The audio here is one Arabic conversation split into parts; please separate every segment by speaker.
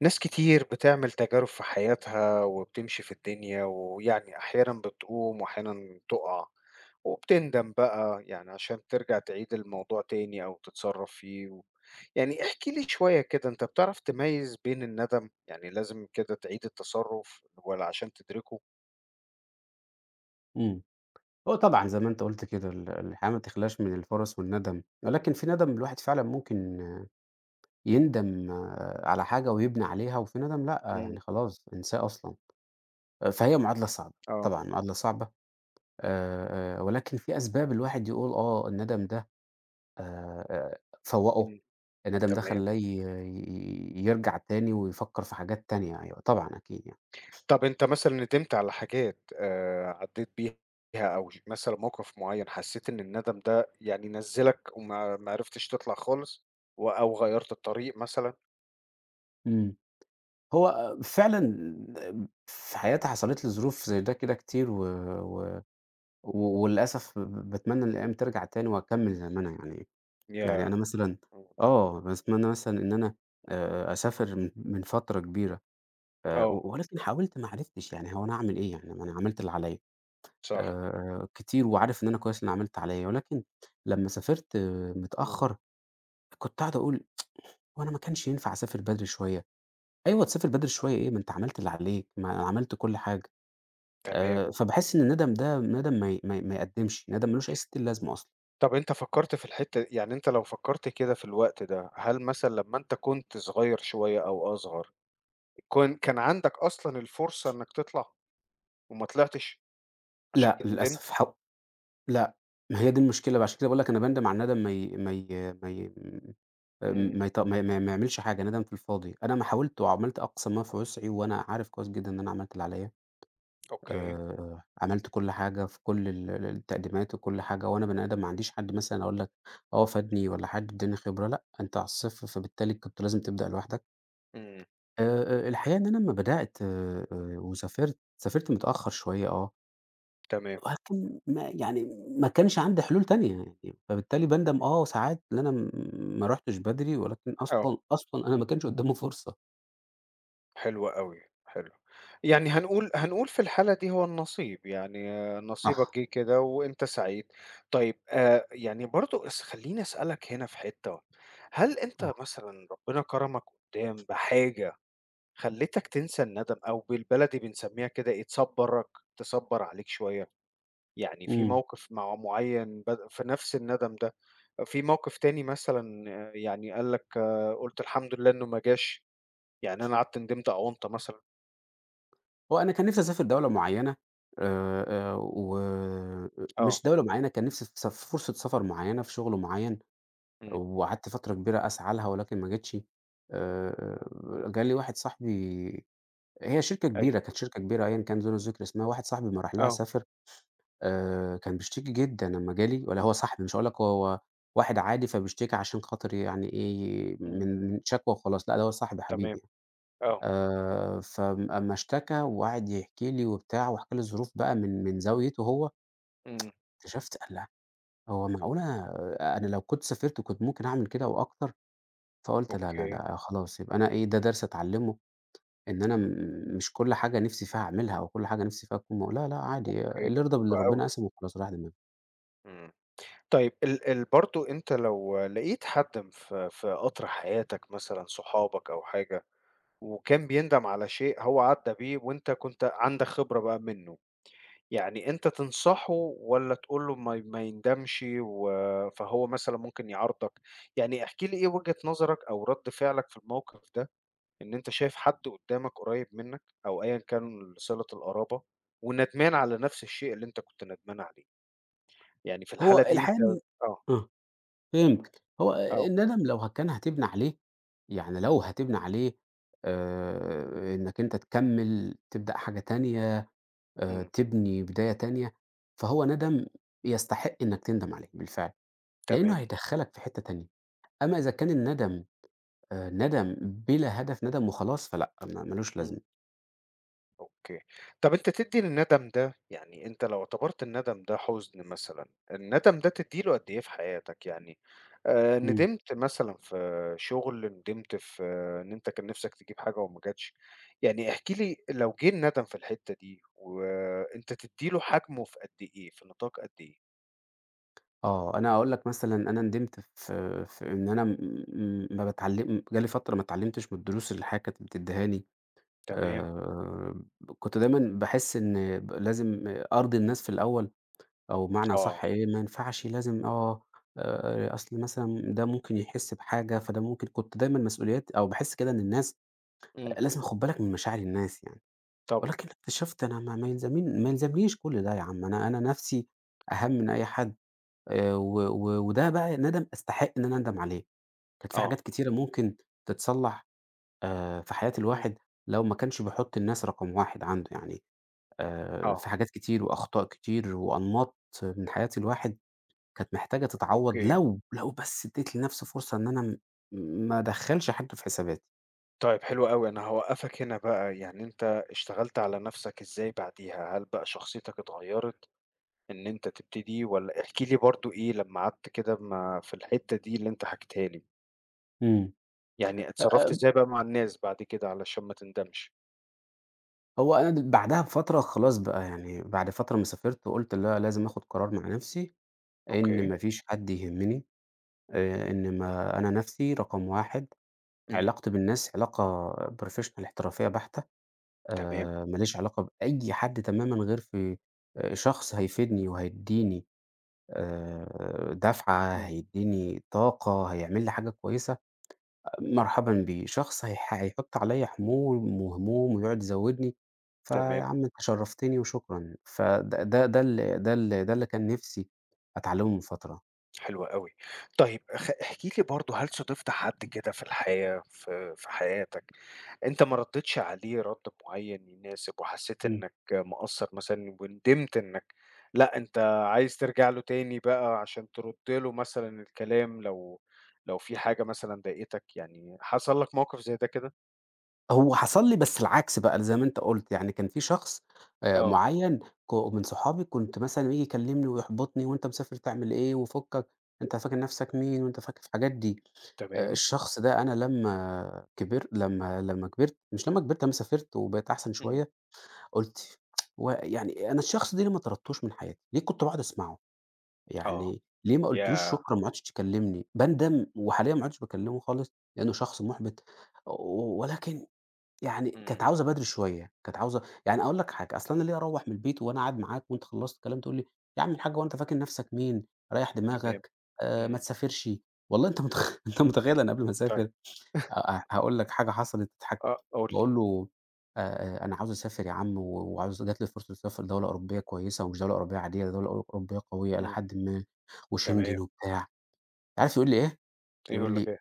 Speaker 1: ناس كتير بتعمل تجارب في حياتها وبتمشي في الدنيا ويعني أحيانا بتقوم وأحيانا تقع وبتندم بقى يعني عشان ترجع تعيد الموضوع تاني أو تتصرف فيه يعني احكي لي شوية كده، أنت بتعرف تميز بين الندم؟ يعني لازم كده تعيد التصرف ولا عشان تدركه؟
Speaker 2: إمم. هو طبعًا زي ما أنت قُلت كده الحياة ما تخلاش من الفرص والندم، ولكن في ندم الواحد فعلًا ممكن يندم على حاجة ويبني عليها، وفي ندم لأ، يعني
Speaker 1: امم.
Speaker 2: خلاص انساه أصلًا. فهي معادلة صعبة،
Speaker 1: اه.
Speaker 2: طبعًا معادلة صعبة ولكن في أسباب الواحد يقول الندم ده فوّقه،
Speaker 1: مم.
Speaker 2: الندم ده
Speaker 1: تمام.
Speaker 2: خلّاه ي ي يرجع تاني ويفكّر في حاجات تانية، أيوه طبعًا أكيد يعني.
Speaker 1: طب أنت مثلًا ندمت على حاجات عدّيت بيها أو مثلًا موقف معيّن حسّيت إن الندم ده يعني نزّلك وما ما عرفتش تطلع خالص و غيّرت الطريق مثلًا؟
Speaker 2: إمم. هو فعلًا في حياتي حصلت لي ظروف زي ده كده كتير و و و وللأسف باتمنى إن الأيام ترجع تاني وأكمّل زي ما أنا يعني، يعني
Speaker 1: ياه!
Speaker 2: أنا مثلًا
Speaker 1: إمم.
Speaker 2: باتمنى مثلًا إن أنا أسافر من فترة كبيرة
Speaker 1: آه،
Speaker 2: و ولكن حاولت ما عرفتش، يعني هو أنا أعمل إيه يعني ما أنا عملت اللي عليّا
Speaker 1: صح.
Speaker 2: كتير وعارف إن أنا كويس إن أنا عملت اللي عليّا، ولكن لمّا سافرت
Speaker 1: إمم،
Speaker 2: متأخّر كنت قاعد أقول: هو أنا ما كانش ينفع أسافر بدري شوية؟ أيوه تسافر بدري شوية إيه، ما أنت عملت اللي عليك، ما عملت كل حاجة.
Speaker 1: تمام.
Speaker 2: فباحس إن الندم ده ندم ما يقدّمش، ندم ما لوش أي ستين لازمة أصلًا.
Speaker 1: طب أنت فكّرت في الحتّة، يعني أنت لو فكّرت كده في الوقت ده، هل مثلًا لمّا أنت كنت صغير شوية أو أصغر، كان عندك أصلًا الفرصة إنّك تطلع وما طلعتش، عشان
Speaker 2: لأ،
Speaker 1: كده ندمت؟
Speaker 2: للأسف لأ، ما هي دي المشكلة بقى، عشان كده باقول لك أنا باندم على الندم ما ي ما ي ما ي آمم،
Speaker 1: إمم،
Speaker 2: ما يط ما ما ما يعملش حاجة، ندم في الفاضي. أنا ما حاولت وعملت أقصى ما في وسعي، وأنا عارف كويس جدًا إن أنا عملت اللي عليَّ،
Speaker 1: أوكي.
Speaker 2: عملت كل حاجة في كل ال ال التقديمات وكل حاجة، وأنا بني آدم ما عنديش حد مثلًا أقول لك فادني
Speaker 1: إمم،
Speaker 2: والّا حد ادّاني خبرة، لأ، أنت على الصفر، فبالتالي كنت لازم تبدأ لوحدك.
Speaker 1: إمم،
Speaker 2: الحقيقة إن أنا أمّا بدأت وسافرت، سافرت متأخر شوية.
Speaker 1: تمام.
Speaker 2: ولكن ما كانش عندي حلول تانية يعني، فبالتالي باندم ساعات إن أنا ما رُحتش بدري، ولكن
Speaker 1: آه.
Speaker 2: أصلًا، أصلًا أنا ما كانش قدّامي فرصة.
Speaker 1: حلو أوي، حلو. يعني هنقول في الحالة دي هو النصيب، يعني آه،
Speaker 2: صح،
Speaker 1: نصيبك جِه كده وأنت سعيد. طيب يعني برضه خلّيني أسألك هنا في حتّة، هل
Speaker 2: آه، صح.
Speaker 1: أنت مثلًا ربنا كرمك قُدّام بحاجة خلّتك تنسى الندم أو بالبلدي بنسمّيها كده إيه، تصبّرك، تصبّر عليك شوية؟ يعني في
Speaker 2: إمم،
Speaker 1: موقف معيّن في نفس الندم ده، في موقف تاني مثلًا آه، يعني قال لك آه، قُلت الحمد لله إنه ما جاش، يعني أنا قعدت ندمت أو أنت مثلًا.
Speaker 2: هو أنا كان نِفْسي أسافر دولة معيّنة آآ،
Speaker 1: آه،
Speaker 2: ومش دولة معيّنة، كان نِفْسي في فرصة سفر معيّنة، في شغل معيّن،
Speaker 1: إمم،
Speaker 2: وقعدت فترة كبيرة أسعى لها ولكن ما جاتش. آآ، جه لي واحد صاحبي، هي شركة كبيرة،
Speaker 1: أيوه،
Speaker 2: كانت شركة كبيرة أيًا كان دون ذكر اسمها، واحد صاحبي أمّا راح لها
Speaker 1: آه،
Speaker 2: سافر كان بيشتكي جدًا لمّا جالي، والّا هو صاحبي مش هاقول لك هو واحد عادي فبيشتكي عشان خاطر يعني إيه،
Speaker 1: إمم،
Speaker 2: من شكوى وخلاص، لأ ده هو صاحبي
Speaker 1: تمام،
Speaker 2: حبيبي يعني.
Speaker 1: آه،
Speaker 2: فم أمّا اشتكى وقعد يحكي لي وبتاع وحكى لي الظروف بقى من زاويته هو،
Speaker 1: إمم،
Speaker 2: اكتشفت: الله! هو معقولة أنا لو كنت سافرت كنت ممكن أعمل كده وأكتر؟ فقُلت: لا، لا،
Speaker 1: أوكي،
Speaker 2: لأ خلاص، يبقى أنا إيه، ده درس أتعلمه إن أنا مش كل حاجة نِفْسي فيها أعملها أو كل حاجة نِفْسي فيها أكون لا، لأ عادي،
Speaker 1: أوكي،
Speaker 2: اللي يرضى
Speaker 1: حلو
Speaker 2: باللي
Speaker 1: أوي،
Speaker 2: ربنا قسمه وخلاص، رايح دماغي.
Speaker 1: إمم. طيب ال ال برضه أنت لو لقيت حد في قطر حياتك مثلًا صحابك أو حاجة، وكان بيندم على شيء هو عدّى بيه وأنت كنت عندك خبرة بقى منه، يعني أنت تنصحه والّا تقول له ما يندمش و فهو مثلًا ممكن يعارضك، يعني احكِ لي إيه وجهة نظرك أو رَد فعلك في الموقف ده؟ إن أنت شايف حد قدّامك قريّب منّك أو أيًا كان صِلة القرابة وندمان على نفس الشيء اللي أنت كنت ندمان عليه، يعني في الحالة
Speaker 2: هو
Speaker 1: دي أنت
Speaker 2: الحقيقة إن
Speaker 1: آه.
Speaker 2: آه، فهمتك. هو
Speaker 1: آه،
Speaker 2: الندم لو كان هتبني عليه، يعني لو هتبني عليه إنّك أنت تكمّل، تبدأ حاجة تانية،
Speaker 1: إمم،
Speaker 2: تبني بداية تانية، فهو ندم يستحق إنّك تندم عليه بالفعل،
Speaker 1: تمام،
Speaker 2: لإنّه هيدخّلك في حتّة تانية. أمّا إذا كان الندم ندم بلا هدف، ندم وخلاص، فلأ، ما مالوش
Speaker 1: إمم.
Speaker 2: لازمة.
Speaker 1: أوكي. طَب أنت تدّي للندم ده، يعني أنت لو اعتبرت الندم ده حزن مثلًا، الندم ده تدّي له قد إيه في حياتك؟ يعني
Speaker 2: إمم.
Speaker 1: ندمت مثلًا في شغل، ندمت في آه، إن أنت كان نِفْسك تجيب حاجة وما جاتش، يعني احكِ لي لو جِه الندم في الحتّة دي وأنت تدّي له حجمه في قد إيه، في نطاق قد إيه؟
Speaker 2: آه، أنا هاقول لك مثلًا أنا ندمت في إن أنا م م ما باتعلّم، جه لي فترة ما اتعلّمتش من الدروس اللي الحياة كانت بتدّيهاني.
Speaker 1: تمام،
Speaker 2: آآ كنت دايمًا باحس إن لازم أرضي الناس في الأول، أو بمعنى أصح
Speaker 1: آه.
Speaker 2: إيه، ما ينفعش لازم أصل مثلًا ده ممكن يحس بحاجة، فده ممكن كنت دايمًا مسؤوليات أو باحس كده إن الناس
Speaker 1: إمم،
Speaker 2: لازم آخُد بالك من مشاعر الناس يعني،
Speaker 1: طبعًا،
Speaker 2: ولكن اكتشفت أنا ما يلزمنيش كل ده يا عم، أنا نَفْسي أهَم من أي حد، و و وده بقى ندم أستحق إن أنا أندم عليه، كانت في حاجات
Speaker 1: آه،
Speaker 2: كتيرة ممكن تتصلّح في حياة
Speaker 1: إمم،
Speaker 2: الواحد لو ما كانش بيحُط الناس رقم 1 عنده يعني.
Speaker 1: آه،
Speaker 2: في حاجات كتير وأخطاء كتير وأنماط من حياة الواحد كانت محتاجة تتعوّض
Speaker 1: أوكي.
Speaker 2: لو بس ادّيت لنفسي فرصة إن أنا ما أدخّلش حاجته في حساباتي.
Speaker 1: طيب حلو أوي، أنا هاوقّفك هنا بقى، يعني أنت اشتغلت على نَفْسك إزاي بعديها؟ هل بقى شخصيتك اتغيّرت إن أنت تبتدي، والّا احكِ لي برضه إيه لمّا قعدت كده ما في الحتّة دي اللي أنت حكيتها لي،
Speaker 2: إمم.
Speaker 1: يعني اتصرّفت
Speaker 2: آآ
Speaker 1: إزاي بقى مع الناس بعد كده علشان ما تندمش؟
Speaker 2: هو أنا بعدها بفترة خلاص بقى يعني، بعد فترة ما سافرت وقُلت لا، لازم آخُد قرار مع نفسي إن
Speaker 1: أوكي،
Speaker 2: ما فيش حد يهمّني، إن ما أنا نفسي رقم 1،
Speaker 1: إمم،
Speaker 2: علاقتي بالناس علاقة professional احترافية بحتة،
Speaker 1: تمام،
Speaker 2: ما ليش علاقة بأي حد تمامًا، غير في شخص هيفيدني وهيدّيني دفعة،
Speaker 1: إمم،
Speaker 2: هيدّيني طاقة، هيعمل لي حاجة كويسة، مرحبًا بيه. شخص هيحُط عليّا حمول وهموم ويقعد يزوّدني، فيا
Speaker 1: تمام.
Speaker 2: عم أنت شرّفتني وشكرًا. فده ده ده ال ده ال ده اللي كان نِفْسي أتعلّمه من فترة.
Speaker 1: حلو أوي. طيب احكِ لي برضه، هل صادفت حد كده في الحياة في حياتك أنت ما ردّيتش عليه رَد معيّن يناسب وحسّيت
Speaker 2: إمم.
Speaker 1: إنّك مقصّر مثلًا وندمت إنّك لأ، أنت عايز ترجع له تاني بقى عشان ترُد له مثلًا الكلام، لو في حاجة مثلًا ضايقتك، يعني حصل لك موقف زي ده كده؟
Speaker 2: هو حصل لي بس العكس بقى زي ما أنت قُلت، يعني كان في شخص
Speaker 1: آه،
Speaker 2: معيّن من صحابي، كنت مثلًا ييجي يكلمني ويحبطني: وأنت مسافر تعمل إيه؟ وفُكّك، أنت فاكر نَفْسك مين؟ وأنت فاكر الحاجات دي.
Speaker 1: تمام.
Speaker 2: الشخص ده أنا لمّا كبر لمّا لمّا كبرت مش لمّا كبرت، لمّا سافرت وبقيت أحسن
Speaker 1: إمم.
Speaker 2: شوية، قُلت هو يعني أنا الشخص ده ليه ما طردتوش من حياتي؟ ليه كنت باقعد أسمعه؟
Speaker 1: آه.
Speaker 2: يعني ليه ما قُلتلوش
Speaker 1: ياه!
Speaker 2: شكرًا، ما عُدتش تكلمني؟ باندم، وحاليًا ما عُدتش باكلمه خالص لإنه شخص مُحبط، ولكن يعني
Speaker 1: إمم.
Speaker 2: كانت عاوزة بدري شوية، كانت عاوزة يعني أقول لك حاجة، أصل أنا ليه أروّح من البيت وأنا قاعد معاك وأنت خلّصت كلام تقول لي: "يا عم الحاج، هو أنت فاكر نَفْسك مين، ريّح
Speaker 1: تمام.
Speaker 2: دماغك، ما
Speaker 1: إمم.
Speaker 2: تسافرش." والله أنت أنت متخيّل أنا قبل ما
Speaker 1: طيب.
Speaker 2: أسافر هاقول لك حاجة حصلت تضحك،
Speaker 1: آه، قُل لي.
Speaker 2: باقول له: أنا عاوز أسافر يا عم، و وعاوز جات لي فرصة أسافر دولة أوروبية كويسة ومش دولة أوروبية عادية، ده دولة أوروبية قوية إلى
Speaker 1: إمم.
Speaker 2: حدٍ ما
Speaker 1: تمام.
Speaker 2: وشنجن وبتاع." عارف يقول لي إيه؟ يقول
Speaker 1: يقول لك
Speaker 2: لي:
Speaker 1: إيه؟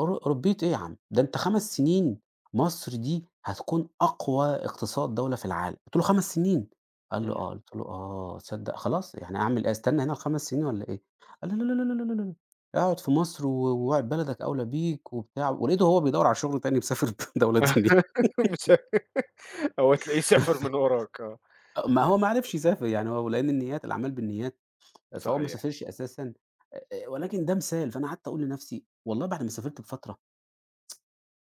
Speaker 2: ربِّيت إيه يا عم؟ ده أنت 5 سنين مصر دي هتكون أقوى اقتصاد دولة في العالم. قُلت له: "5 سنين؟" قال لي:
Speaker 1: إمم.
Speaker 2: "آه." قُلت له: "آه، تصدّق خلاص، يعني أعمل إيه، أستنى هنا ال5 سنين والّا إيه؟" قال لي: "لا، لا، لا، لا، لا، لا، لا، اقعد في مصر و وراعي بلدك أولى بيك." وبتاع، ولقيته هو بيدوّر على شغل تاني مسافر دولة تانية
Speaker 1: مش هو تلاقيه سافر من وراك آه،
Speaker 2: آه، ما هو
Speaker 1: يعني
Speaker 2: ما عرفش يسافر يعني، هو لإن النيّات الأعمال بالنيّات، فهو ما
Speaker 1: صحيح،
Speaker 2: سافرش أساسًا،
Speaker 1: إمم،
Speaker 2: ولكن ده مثال، فأنا قعدت أقول لنفسي والله بعد ما سافرت بفترة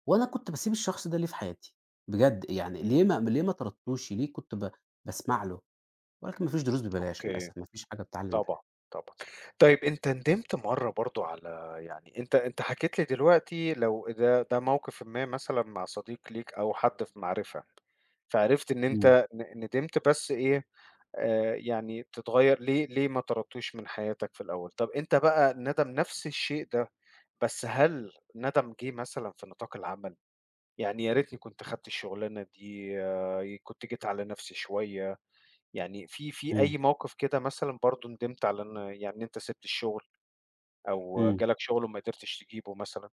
Speaker 2: وأنا كنت باسيب الشخص ده ليه في حياتي، بجد يعني ليه،
Speaker 1: إمم،
Speaker 2: ما طردتوش، ليه كنت باسمع له، ولكن ما فيش دروس ببلاش
Speaker 1: أوكي،
Speaker 2: للأسف، ما فيش حاجة بتعلّم ببلاش.
Speaker 1: طبعًا، طبعًا. طيب أنت ندمت مرّة برضه على، يعني أنت حكيت لي دلوقتي، لو ده موقفٍ ما مثلًا مع صديق ليك أو حد في معرفة، فعرفت إن
Speaker 2: إمم،
Speaker 1: أنت ندمت بس إيه، يعني تتغيّر، ليه ما طردتوش من حياتك في الأول، طب أنت بقى ندم نفس الشيء ده، بس هل ندم جِه مثلًا في نطاق العمل؟ يعني يا ريتني كنت خدت الشغلانة دي كنت جيت على نفسي شوية، يعني في
Speaker 2: إمم،
Speaker 1: أي موقف كده مثلًا برضه ندمت على إن يعني أنت سِبت الشغل أو
Speaker 2: إمم.
Speaker 1: جالك شغل وما قدرتش تجيبه مثلًا؟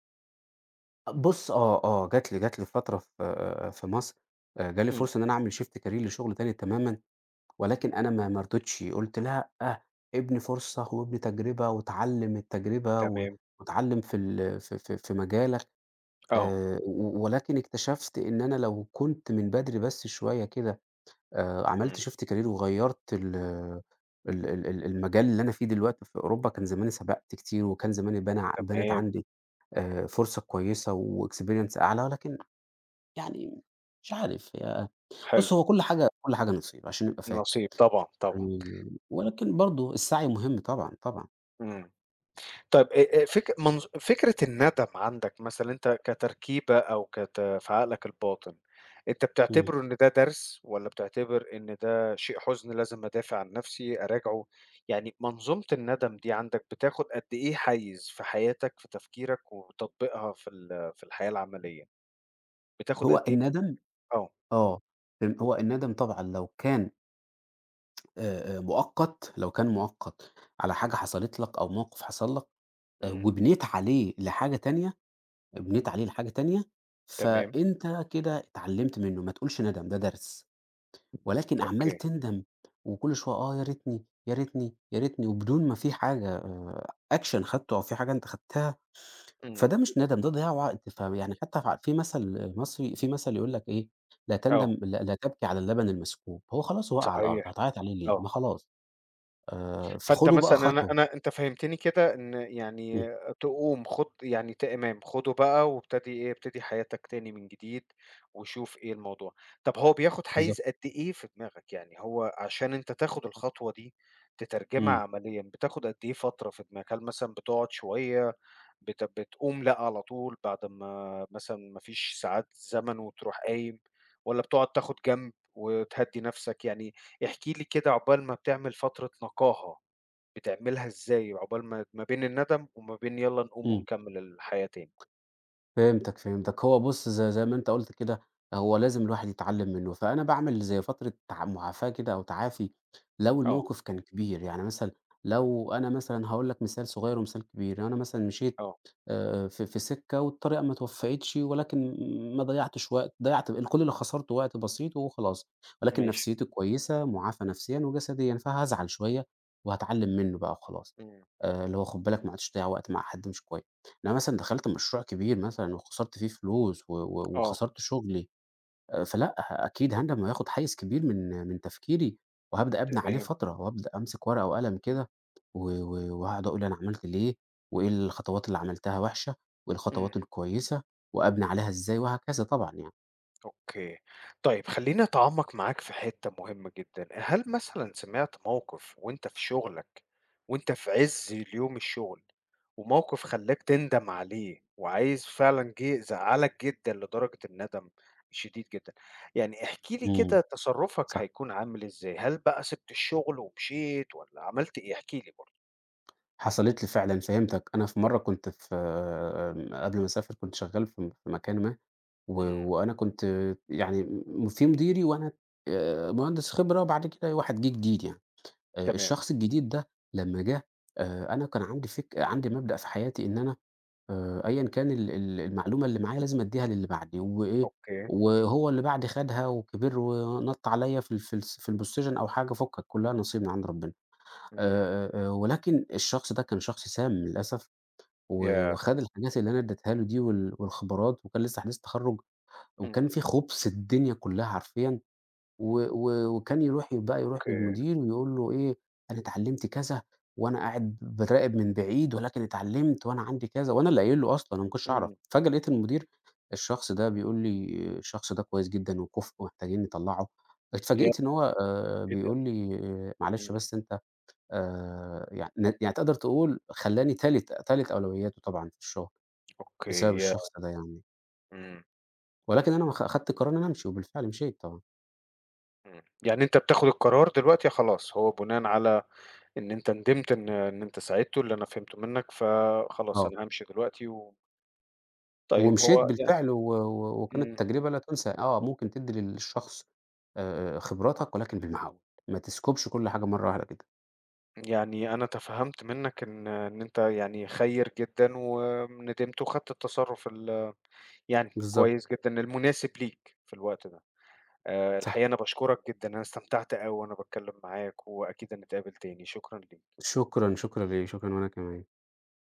Speaker 2: بُص آه، آه، جات لي فترة في آه، في مصر، جالي
Speaker 1: إمم.
Speaker 2: فرصة إن أنا أعمل shift career لشغل تاني تمامًا، ولكن أنا ما رضيتش، قُلت لأ، ابني فرصة وابني تجربة واتعلّم التجربة و
Speaker 1: تمام،
Speaker 2: واتعلّم في ال في في في مجالك،
Speaker 1: آه،
Speaker 2: و ولكن اكتشفت إن أنا لو كنت من بدري بس شوية كده
Speaker 1: إمم.
Speaker 2: عملت shift career وغيّرت ال المجال اللي أنا فيه دلوقتي في أوروبا، كان زماني سبقت كتير، وكان زماني بنى ع بنت
Speaker 1: تمام،
Speaker 2: عندي فرصة كويسة وexperience أعلى، ولكن يعني مش عارف هي،
Speaker 1: حلو،
Speaker 2: بُص، هو كل حاجة كل حاجة نصيب عشان نبقى فاهم،
Speaker 1: نصيب طبعًا، طبعًا،
Speaker 2: ولكن برضه السعي مهم، طبعًا، طبعًا.
Speaker 1: إمم. طيب فك منظ فكرة الندم عندك مثلًا أنت كتركيبة أو في عقلك الباطن، أنت
Speaker 2: إمم.
Speaker 1: بتعتبره إن ده درس والّا بتعتبر إن ده شيء حزن لازم أدافع عن نفسي، أراجعه؟ يعني منظومة الندم دي عندك بتاخد قد إيه حيّز في حياتك، في تفكيرك وتطبيقها في الحياة العملية؟ بتاخد قد
Speaker 2: هو
Speaker 1: إيه.
Speaker 2: الندم
Speaker 1: آه،
Speaker 2: آه. هو الندم طبعًا لو كان مؤقت، لو كان مؤقت على حاجة حصلت لك أو موقف حصل لك
Speaker 1: إمم،
Speaker 2: وبنيت عليه لحاجة تانية، بنيت عليه لحاجة تانية،
Speaker 1: تمام،
Speaker 2: فأنت كده اتعلّمت منّه، ما تقولش ندم، ده درس، ولكن عمّال
Speaker 1: أوكي،
Speaker 2: تندم وكل شوية يا ريتني، يا ريتني، يا ريتني، وبدون ما في حاجة action خدته أو في حاجة أنت خدتها،
Speaker 1: إمم،
Speaker 2: فده مش ندم، ده ضياع وقت، فيعني حتى في مثل مصري في مثل يقول لك إيه، لا تندم،
Speaker 1: آه،
Speaker 2: لا، لا تبكي على اللبن المسكوب، هو خلاص وقع على الأرض،
Speaker 1: صحيح،
Speaker 2: هتعيّط عليه ليه؟
Speaker 1: آه.
Speaker 2: ما خلاص،
Speaker 1: فأنت
Speaker 2: فخدوا بقى
Speaker 1: مثلًا، أنا
Speaker 2: خطوة.
Speaker 1: أنا أنت فهّمتني كده إن
Speaker 2: إمم،
Speaker 1: يعني تقوم يعني تمام، خُده بقى وابتدي إيه، ابتدي حياتك تاني من جديد وشوف إيه الموضوع. طَب هو بياخد
Speaker 2: بالضبط،
Speaker 1: حيّز قد إيه في دماغك؟ يعني هو عشان أنت تاخد الخطوة دي تترجمها
Speaker 2: إمم،
Speaker 1: عمليًا، بتاخد قد إيه فترة في دماغك؟ هل مثلًا بتقعد شوية، بتقوم لأ على طول بعد ما مثلًا ما فيش ساعات زمن وتروح قايم، والّا بتقعد تاخد جنب وتهدّي نَفْسك؟ يعني احكِ لي كده عقبال ما بتعمل فترة نقاهة. بتعملها إزاي عقبال ما ما بين الندم وما بين يالّا نقوم
Speaker 2: إمم.
Speaker 1: ونكمّل الحياة تاني؟
Speaker 2: فهمتك، فهمتك. هو بُص، زي ما أنت قُلت كده، هو لازم الواحد يتعلّم منّه، فأنا باعمل زي فترة معافاة كده أو تعافي لو
Speaker 1: آه،
Speaker 2: الموقف كان كبير، يعني مثلًا لو أنا مثلًا هاقول لك مثال صغير ومثال كبير، أنا مثلًا مشيت
Speaker 1: آه،
Speaker 2: في سِكّة والطريقة ما توفّقتش، ولكن ما ضيّعتش وقت، ضيّعت كل اللي خسرته وقت بسيط وخلاص، ولكن
Speaker 1: ماشي،
Speaker 2: نفسيّتي كويسة، مُعافى نفسيًا وجسديًا، فهازعل شوية وهاتعلّم منّه بقى وخلاص،
Speaker 1: إمم،
Speaker 2: اللي هو خُد بالك ما عُدتش تضيّع وقت مع حد مش كوي. أنا مثلًا دخلت مشروع كبير مثلًا وخسرت فيه فلوس و و
Speaker 1: آه،
Speaker 2: وخسرت شغلي، فلأ، أكيد هاندم وهياخد حيّز كبير من تفكيري، وهابدأ أبني عليه
Speaker 1: تمام،
Speaker 2: فترة، وأبدأ أمسك ورقة وقلم كده و و وهاقعد أقول أنا عملت ليه، وإيه الخطوات اللي عملتها وحشة، وإيه
Speaker 1: إمم.
Speaker 2: الخطوات الكويسة، وأبني عليها إزاي، وهكذا طبعًا يعني.
Speaker 1: أوكي. طيب خلّيني أتعمّق معاك في حتّة مهمة جدًا، هل مثلًا سمعت موقف وأنت في شغلك وأنت في عِز اليوم الشغل، وموقف خلّاك تندم عليه وعايز فعلًا جه زعّلك جدًا لدرجة الندم الشديد جدًا، يعني احكِ لي كده
Speaker 2: إمم،
Speaker 1: تصرُّفك
Speaker 2: صح.
Speaker 1: هيكون عامل إزاي؟ هل بقى سِبت الشغل ومشيت والّا عملت إيه؟ احكِ لي برضه.
Speaker 2: حصلت لي فعلًا، فهمتك. أنا في مرة كنت في آمم، قبل ما أسافر كنت شغال في مكان ما، و
Speaker 1: إمم،
Speaker 2: وأنا كنت يعني في مديري، وأنا مهندس خبرة، وبعد كده واحد جِه جديد يعني.
Speaker 1: تمام،
Speaker 2: الشخص الجديد ده لمّا جه، أنا كان عندي عندي مبدأ في حياتي إن أنا أيًا كان ال المعلومة اللي معايا لازم أدّيها للي بعدي وإيه،
Speaker 1: أوكي،
Speaker 2: وهو اللي بعدي خدها وكبر ونَط عليّا في ال في الس في الposition أو حاجة، فُكك كُلّها نصيب من عند ربنا.
Speaker 1: إمم،
Speaker 2: ولكن الشخص ده كان شخص سام للأسف، و
Speaker 1: ياه!
Speaker 2: وخَد الحاجات اللي أنا ادّيتها له دي والخبرات، وكان لسه حديث تخرُّج، وكان
Speaker 1: إمم،
Speaker 2: في خُبث الدنيا كلّها حرفيًا، و و وكان يروح بقى
Speaker 1: أوكي،
Speaker 2: للمدير ويقول له إيه: أنا اتعلّمت كذا، وأنا قاعد باراقب من بعيد ولكن اتعلّمت وأنا عندي كذا، وأنا اللي قايل له أصلًا، أنا ما كنتش أعرف.
Speaker 1: إمم،
Speaker 2: فجأة لقيت المدير، الشخص ده بيقول لي الشخص ده كويس جدًا وكُفء ومحتاجين نطلّعه،
Speaker 1: ياه!
Speaker 2: اتفاجئت إن هو
Speaker 1: إيه ده!
Speaker 2: بيقول لي معلش
Speaker 1: إمم،
Speaker 2: بس أنت يعني يعني تقدر تقول خلّاني تالت أولوياته طبعًا في الشغل،
Speaker 1: أوكي،
Speaker 2: بسبب الشخص
Speaker 1: ياه!
Speaker 2: ده يعني،
Speaker 1: إمم.
Speaker 2: ولكن أنا ما خ أخدت قرار إن أنا أمشي، وبالفعل مشيت طبعًا.
Speaker 1: إمم. يعني أنت بتاخد القرار دلوقتي خلاص، هو بُناءً على إن أنت ندمت إن أنت ساعدته، اللي أنا فهمته منّك، فخلاص
Speaker 2: آه،
Speaker 1: أنا هامشي دلوقتي طيب
Speaker 2: ومشيت
Speaker 1: هو
Speaker 2: بالفعل، و و
Speaker 1: إمم.
Speaker 2: وكانت تجربة لا تُنسى، آه، ممكن تدّي للشخص خبراتك ولكن بالمعقول، ما تسكبش كل حاجة مرة واحدة كده،
Speaker 1: يعني أنا تفهّمت منّك إن أنت يعني خيّر جدًا وندمت وخدت التصرُّف يعني
Speaker 2: بالضبط،
Speaker 1: كويس جدًا، المناسب ليك في الوقت ده.
Speaker 2: صح،
Speaker 1: الحقيقة أنا باشكرك جدًا، أنا استمتعت أوي وأنا باتكلّم معاك وأكيد هنتقابل تاني، شكرًا ليك.
Speaker 2: شكرًا، شكرًا ليك، شكرًا وأنا كمان.